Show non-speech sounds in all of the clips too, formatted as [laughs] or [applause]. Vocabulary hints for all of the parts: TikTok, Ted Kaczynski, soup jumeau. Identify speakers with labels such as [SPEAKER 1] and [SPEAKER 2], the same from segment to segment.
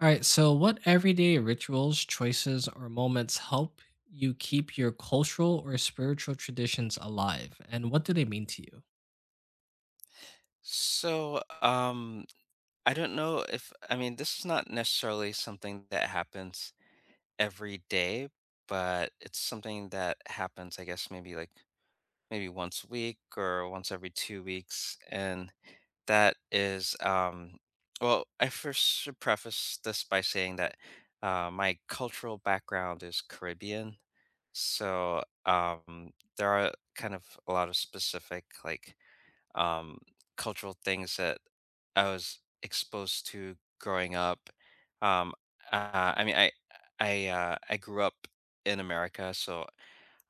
[SPEAKER 1] All right. So, what everyday rituals, choices, or moments help you keep your cultural or spiritual traditions alive? And what do they mean to you?
[SPEAKER 2] So, um, I don't know if, I mean, this is not necessarily something that happens every day, but it's something that happens, I guess, maybe once a week or once every 2 weeks. And that is, well, I first should preface this by saying that my cultural background is Caribbean. So, um, there are kind of a lot of specific, like, um, cultural things that I was exposed to growing up. Um, uh, I mean, I I grew up in America, so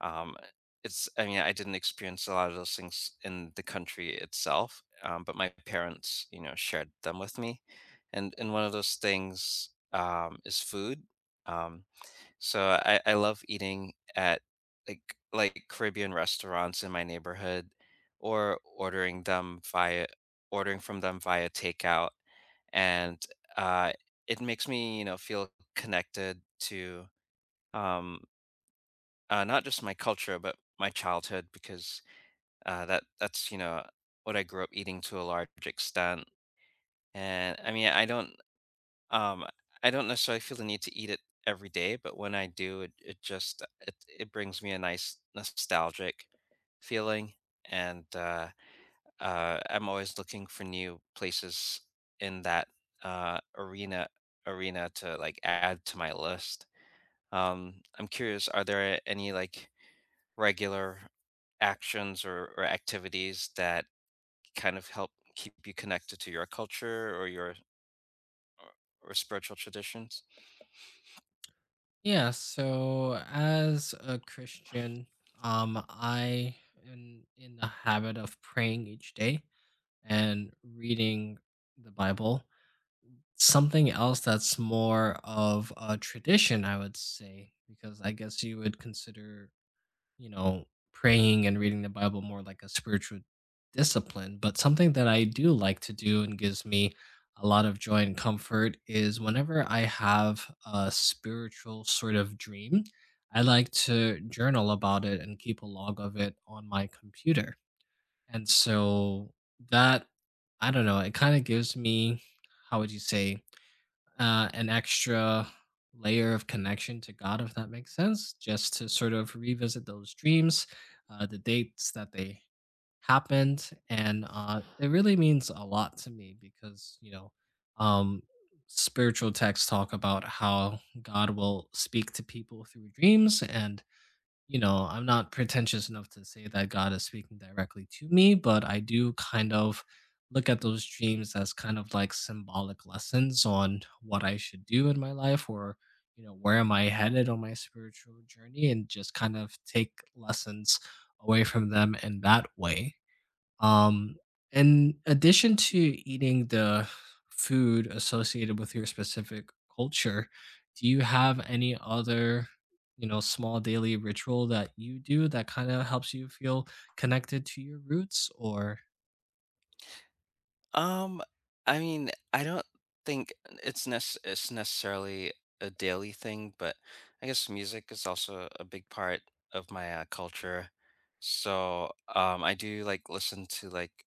[SPEAKER 2] um, I didn't experience a lot of those things in the country itself, but my parents, you know, shared them with me, and one of those things is food. Um, so I love eating at like like Caribbean restaurants in my neighborhood or ordering from them via takeout, and uh it makes me, you know, feel connected to um not just my culture but my childhood because you know, what I grew up eating to a large extent. And I mean, um, I don't necessarily feel the need to eat it every day, but when I do, it brings me a nice nostalgic feeling, and I'm always looking for new places in that uh, arena arena to like add to my list. I'm curious, are there any like regular actions or activities that kind of help keep you connected to your culture or your or spiritual traditions?
[SPEAKER 1] Yeah. So, as a Christian, I am in the habit of praying each day and reading the Bible. Something else that's more of a tradition, I would say, because I guess you would consider, you know, praying and reading the Bible more like a spiritual discipline. But something that I do like to do and gives me a lot of joy and comfort is whenever I have a spiritual sort of dream, I like to journal about it and keep a log of it on my computer. And so that, I don't know, it kind of gives me, how would you say, an extra layer of connection to God, if that makes sense, just to sort of revisit those dreams, the dates that they happened. And it really means a lot to me because, you know, um, spiritual texts talk about how God will speak to people through dreams. And you know, I'm not pretentious enough to say that God is speaking directly to me, but I do kind of look at those dreams as kind of like symbolic lessons on what I should do in my life or, you know, where am I headed on my spiritual journey, and just kind of take lessons away from them in that way. Um, in addition to eating the food associated with your specific culture, do you have any other, you know, small daily ritual that you do that kind of helps you feel connected to your roots or
[SPEAKER 2] Um, I mean, I don't think it's necessarily a daily thing, but I guess music is also a big part of my culture. So, I do like listen to like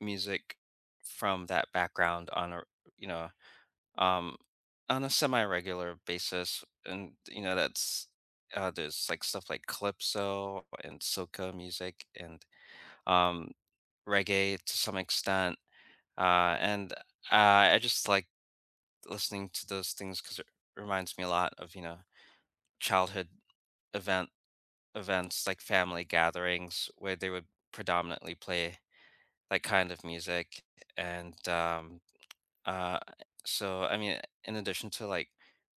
[SPEAKER 2] music from that background on a you know um on a semi-regular basis, and you know that's there's like stuff like calypso and soca music and um reggae to some extent, and I just like listening to those things because it reminds me a lot of, you know, childhood event events like family gatherings where they would predominantly play that kind of music. And um, uh, I mean, in addition to like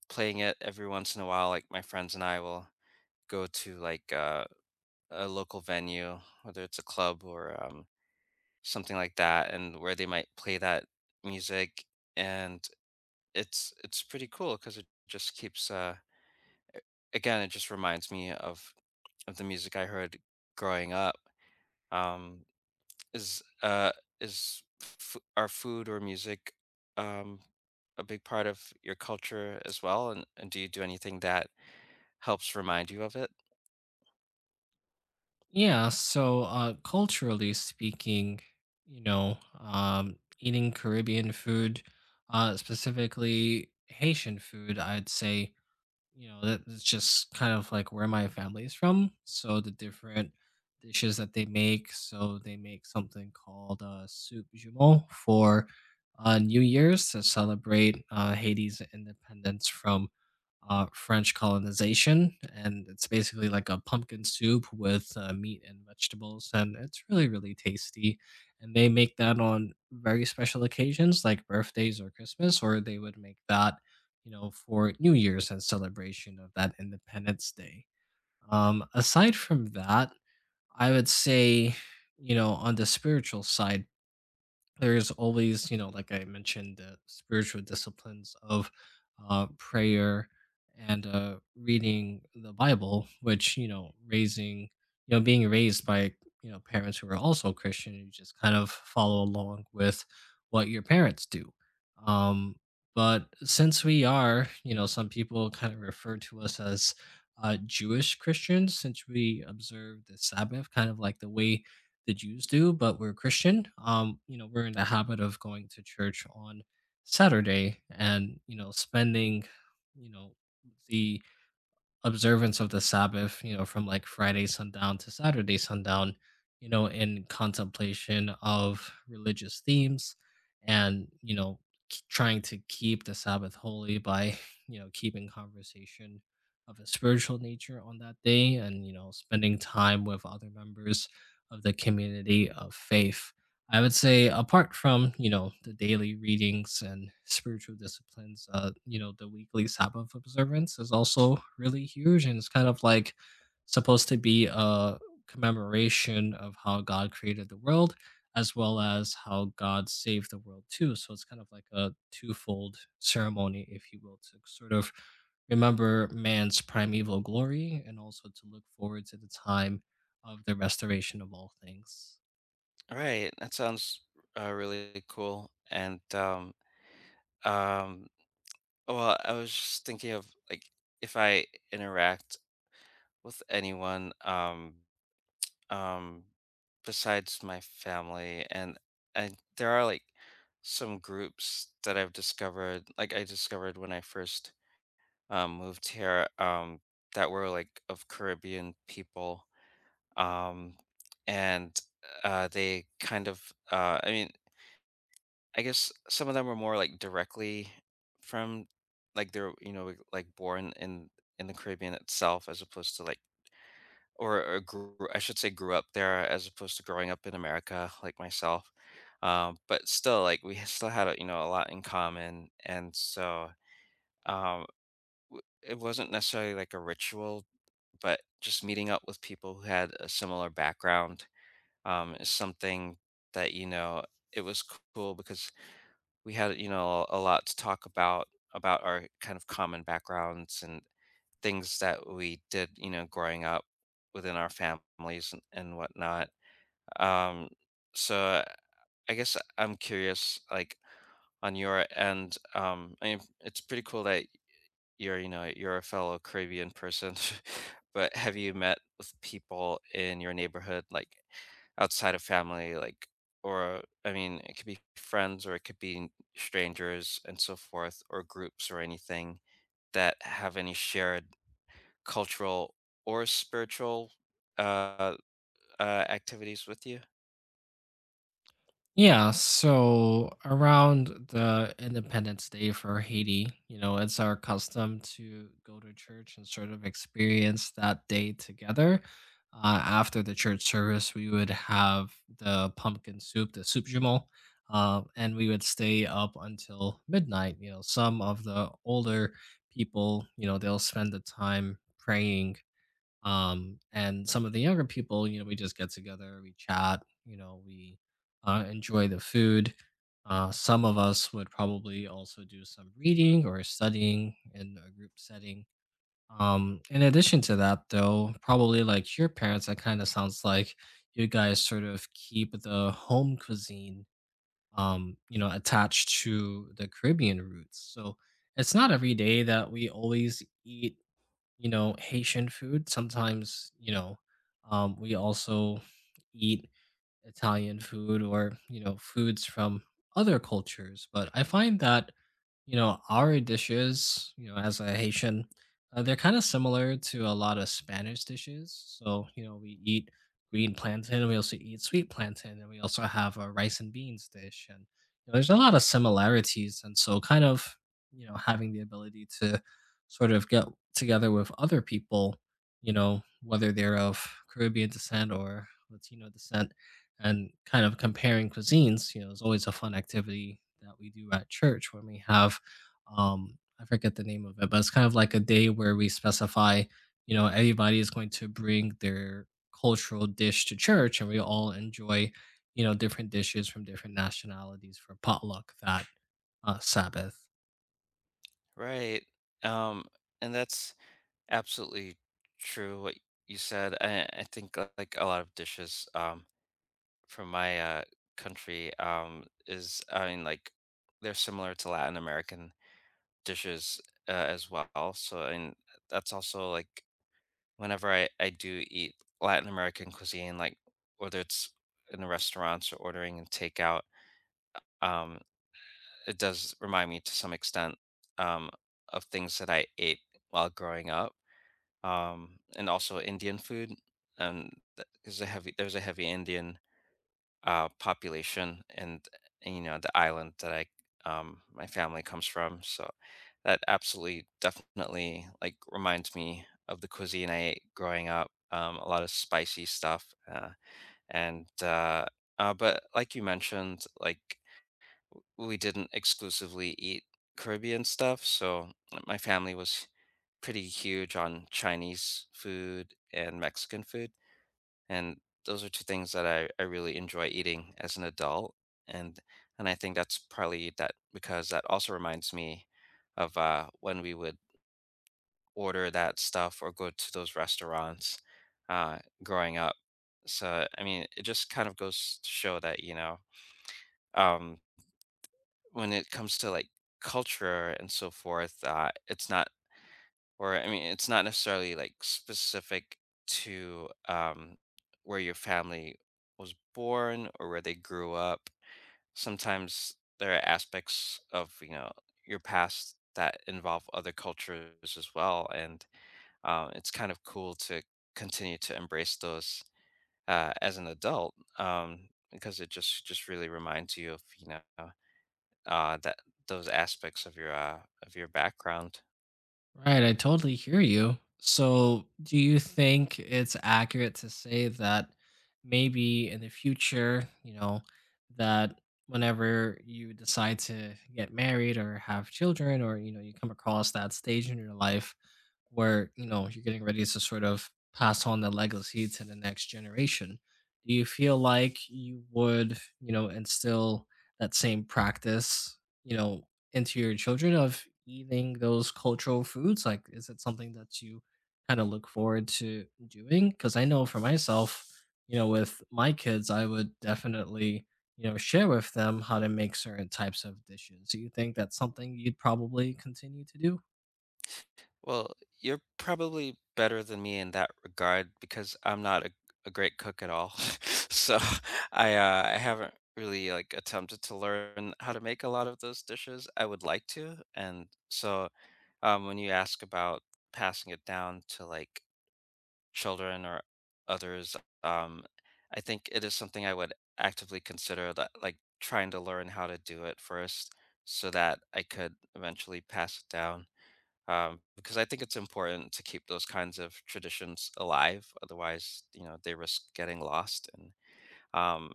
[SPEAKER 2] playing it every once in a while, like my friends and I will go to like a local venue, whether it's a club or something like that, and where they might play that music. And it's pretty cool because it just keeps again it just reminds me of the music I heard growing up um is uh is f- are food or music um a big part of your culture as well, and do you do anything that helps remind you of it?
[SPEAKER 1] yeah, so culturally speaking, you know, eating Caribbean food, specifically Haitian food, I'd say. You know, that it's just kind of like where my family is from. So the different dishes that they make. So they make something called soup jumeau for New Year's to celebrate Haiti's independence from French colonization. And it's basically like a pumpkin soup with meat and vegetables. And it's really, really tasty. And they make that on very special occasions like birthdays or Christmas, or they would make that, you know, for New Year's and celebration of that Independence Day. Aside from that, I would say, you know, on the spiritual side, there's always, you know, like I mentioned, the spiritual disciplines of prayer and reading the Bible. Which, you know, raising, you know, being raised by, you know, parents who are also Christian, you just kind of follow along with what your parents do. um but since we are, you know, some people kind of refer to us as Jewish Christians, since we observe the Sabbath kind of like the way the Jews do, but we're Christian. You know, we're in the habit of going to church on Saturday and, you know, spending, you know, the observance of the Sabbath, you know, from like Friday sundown to Saturday sundown, you know, in contemplation of religious themes and, you know, trying to keep the Sabbath holy by, [laughs] you know, keeping conversation of a spiritual nature on that day and, you know, spending time with other members of the community of faith. I would say apart from, you know, the daily readings and spiritual disciplines, you know, the weekly Sabbath observance is also really huge, and it's kind of like supposed to be a commemoration of how God created the world as well as how God saved the world too. So it's kind of like a twofold ceremony, if you will, to sort of remember man's primeval glory and also to look forward to the time of the restoration of all things.
[SPEAKER 2] Right, that sounds really cool. and um Well, I was just thinking of like if I interact with anyone um besides my family, and there are like some groups that I've discovered, like I discovered when I first moved here, that were like of Caribbean people, um and they kind of I mean I guess some of them were more like directly from, like they're you know like born in the Caribbean itself as opposed to like or grew, I should say grew up there as opposed to growing up in America like myself. But still like we [laughs] still had a, you know, a lot in common. And so, um, it wasn't necessarily like a ritual, but just meeting up with people who had a similar background, is something that, you know, it was cool because we had, you know, a lot to talk about our kind of common backgrounds and things that we did, you know, growing up within our families and whatnot. Um, so I guess I'm curious, like on your end. Um, I mean, it's pretty cool that you're, you know, you're a fellow Caribbean person, [laughs] but have you met with people in your neighborhood, like outside of family, like, or I mean, it could be friends or it could be strangers and so forth, or groups or anything that have any shared cultural or spiritual uh, uh, activities with you?
[SPEAKER 1] Yeah, so around the Independence Day for Haiti, you know, it's our custom to go to church and sort of experience that day together. After the church service, we would have the pumpkin soup, the soup jumeau, and we would stay up until midnight. You know, some of the older people, you know, they'll spend the time praying, and some of the younger people, you know, we just get together, we chat, you know, we enjoy the food. Some of us would probably also do some reading or studying in a group setting. In addition to that, though, probably like your parents, that kind of sounds like you guys sort of keep the home cuisine, you know, attached to the Caribbean roots. So it's not every day that we always eat, you know, Haitian food. Sometimes, you know, we also eat Italian food or, you know, foods from other cultures. But I find that, you know, our dishes, you know, as a Haitian, they're kind of similar to a lot of Spanish dishes. So, you know, we eat green plantain and we also eat sweet plantain and we also have a rice and beans dish. And you know, there's a lot of similarities. And so, kind of, you know, having the ability to sort of get together with other people, you know, whether they're of Caribbean descent or Latino descent, and kind of comparing cuisines, you know, is always a fun activity that we do at church when we have, I forget the name of it, but it's kind of like a day where we specify, you know, everybody is going to bring their cultural dish to church and we all enjoy, you know, different dishes from different nationalities for potluck that Sabbath.
[SPEAKER 2] Right. Um, and that's absolutely true. What you said, I think like a lot of dishes. From my country is I mean like they're similar to Latin American dishes as well. So and that's also like whenever I do eat Latin American cuisine, like whether it's in the restaurants or ordering and takeout, um it does remind me to some extent um of things that I ate while growing up. And also Indian food, and there's a heavy Indian population, and you know the island that I my family comes from. So that absolutely definitely like reminds me of the cuisine I ate growing up. A lot of spicy stuff, and but like you mentioned, like we didn't exclusively eat Caribbean stuff. So my family was pretty huge on Chinese food and Mexican food, and those are two things that I really enjoy eating as an adult. and and I think that's probably that because that also reminds me of when we would order that stuff or go to those restaurants growing up. So I mean it just kind of goes to show that, you know, um, when it comes to like culture and so forth, it's not Or I mean, it's not necessarily like specific to where your family was born or where they grew up. Sometimes there are aspects of, you know, your past that involve other cultures as well, and it's kind of cool to continue to embrace those as an adult, because it just really reminds you of, you know, that those aspects of your background.
[SPEAKER 1] Right, I totally hear you. So, do you think it's accurate to say that maybe in the future, you know, that whenever you decide to get married or have children, or, you know, you come across that stage in your life, where you know you're getting ready to sort of pass on the legacy to the next generation, do you feel like you would, you know, instill that same practice, you know, into your children of eating those cultural foods? Like, is it something that you kind of look forward to doing? Because I know for myself, you know, with my kids I would definitely, you know, share with them how to make certain types of dishes. Do you think that's something you'd probably continue to do?
[SPEAKER 2] Well, you're probably better than me in that regard because I'm not a great cook at all. [laughs] So I haven't really like attempted to learn how to make a lot of those dishes. I would like to, and so when you ask about passing it down to like children or others, um, I think it is something I would actively consider, that like trying to learn how to do it first so that I could eventually pass it down, because I think it's important to keep those kinds of traditions alive. Otherwise, you know, they risk getting lost. And um,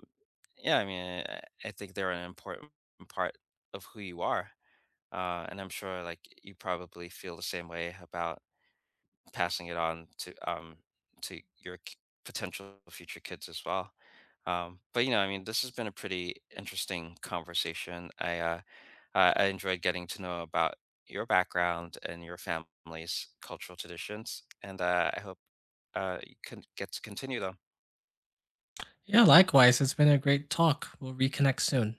[SPEAKER 2] yeah, I mean, I think they're an important part of who you are. And I'm sure, like, you probably feel the same way about passing it on to your potential future kids as well. But you know, I mean, this has been a pretty interesting conversation. I enjoyed getting to know about your background and your family's cultural traditions, and I hope you can get to continue them.
[SPEAKER 1] Yeah, likewise. It's been a great talk. We'll reconnect soon.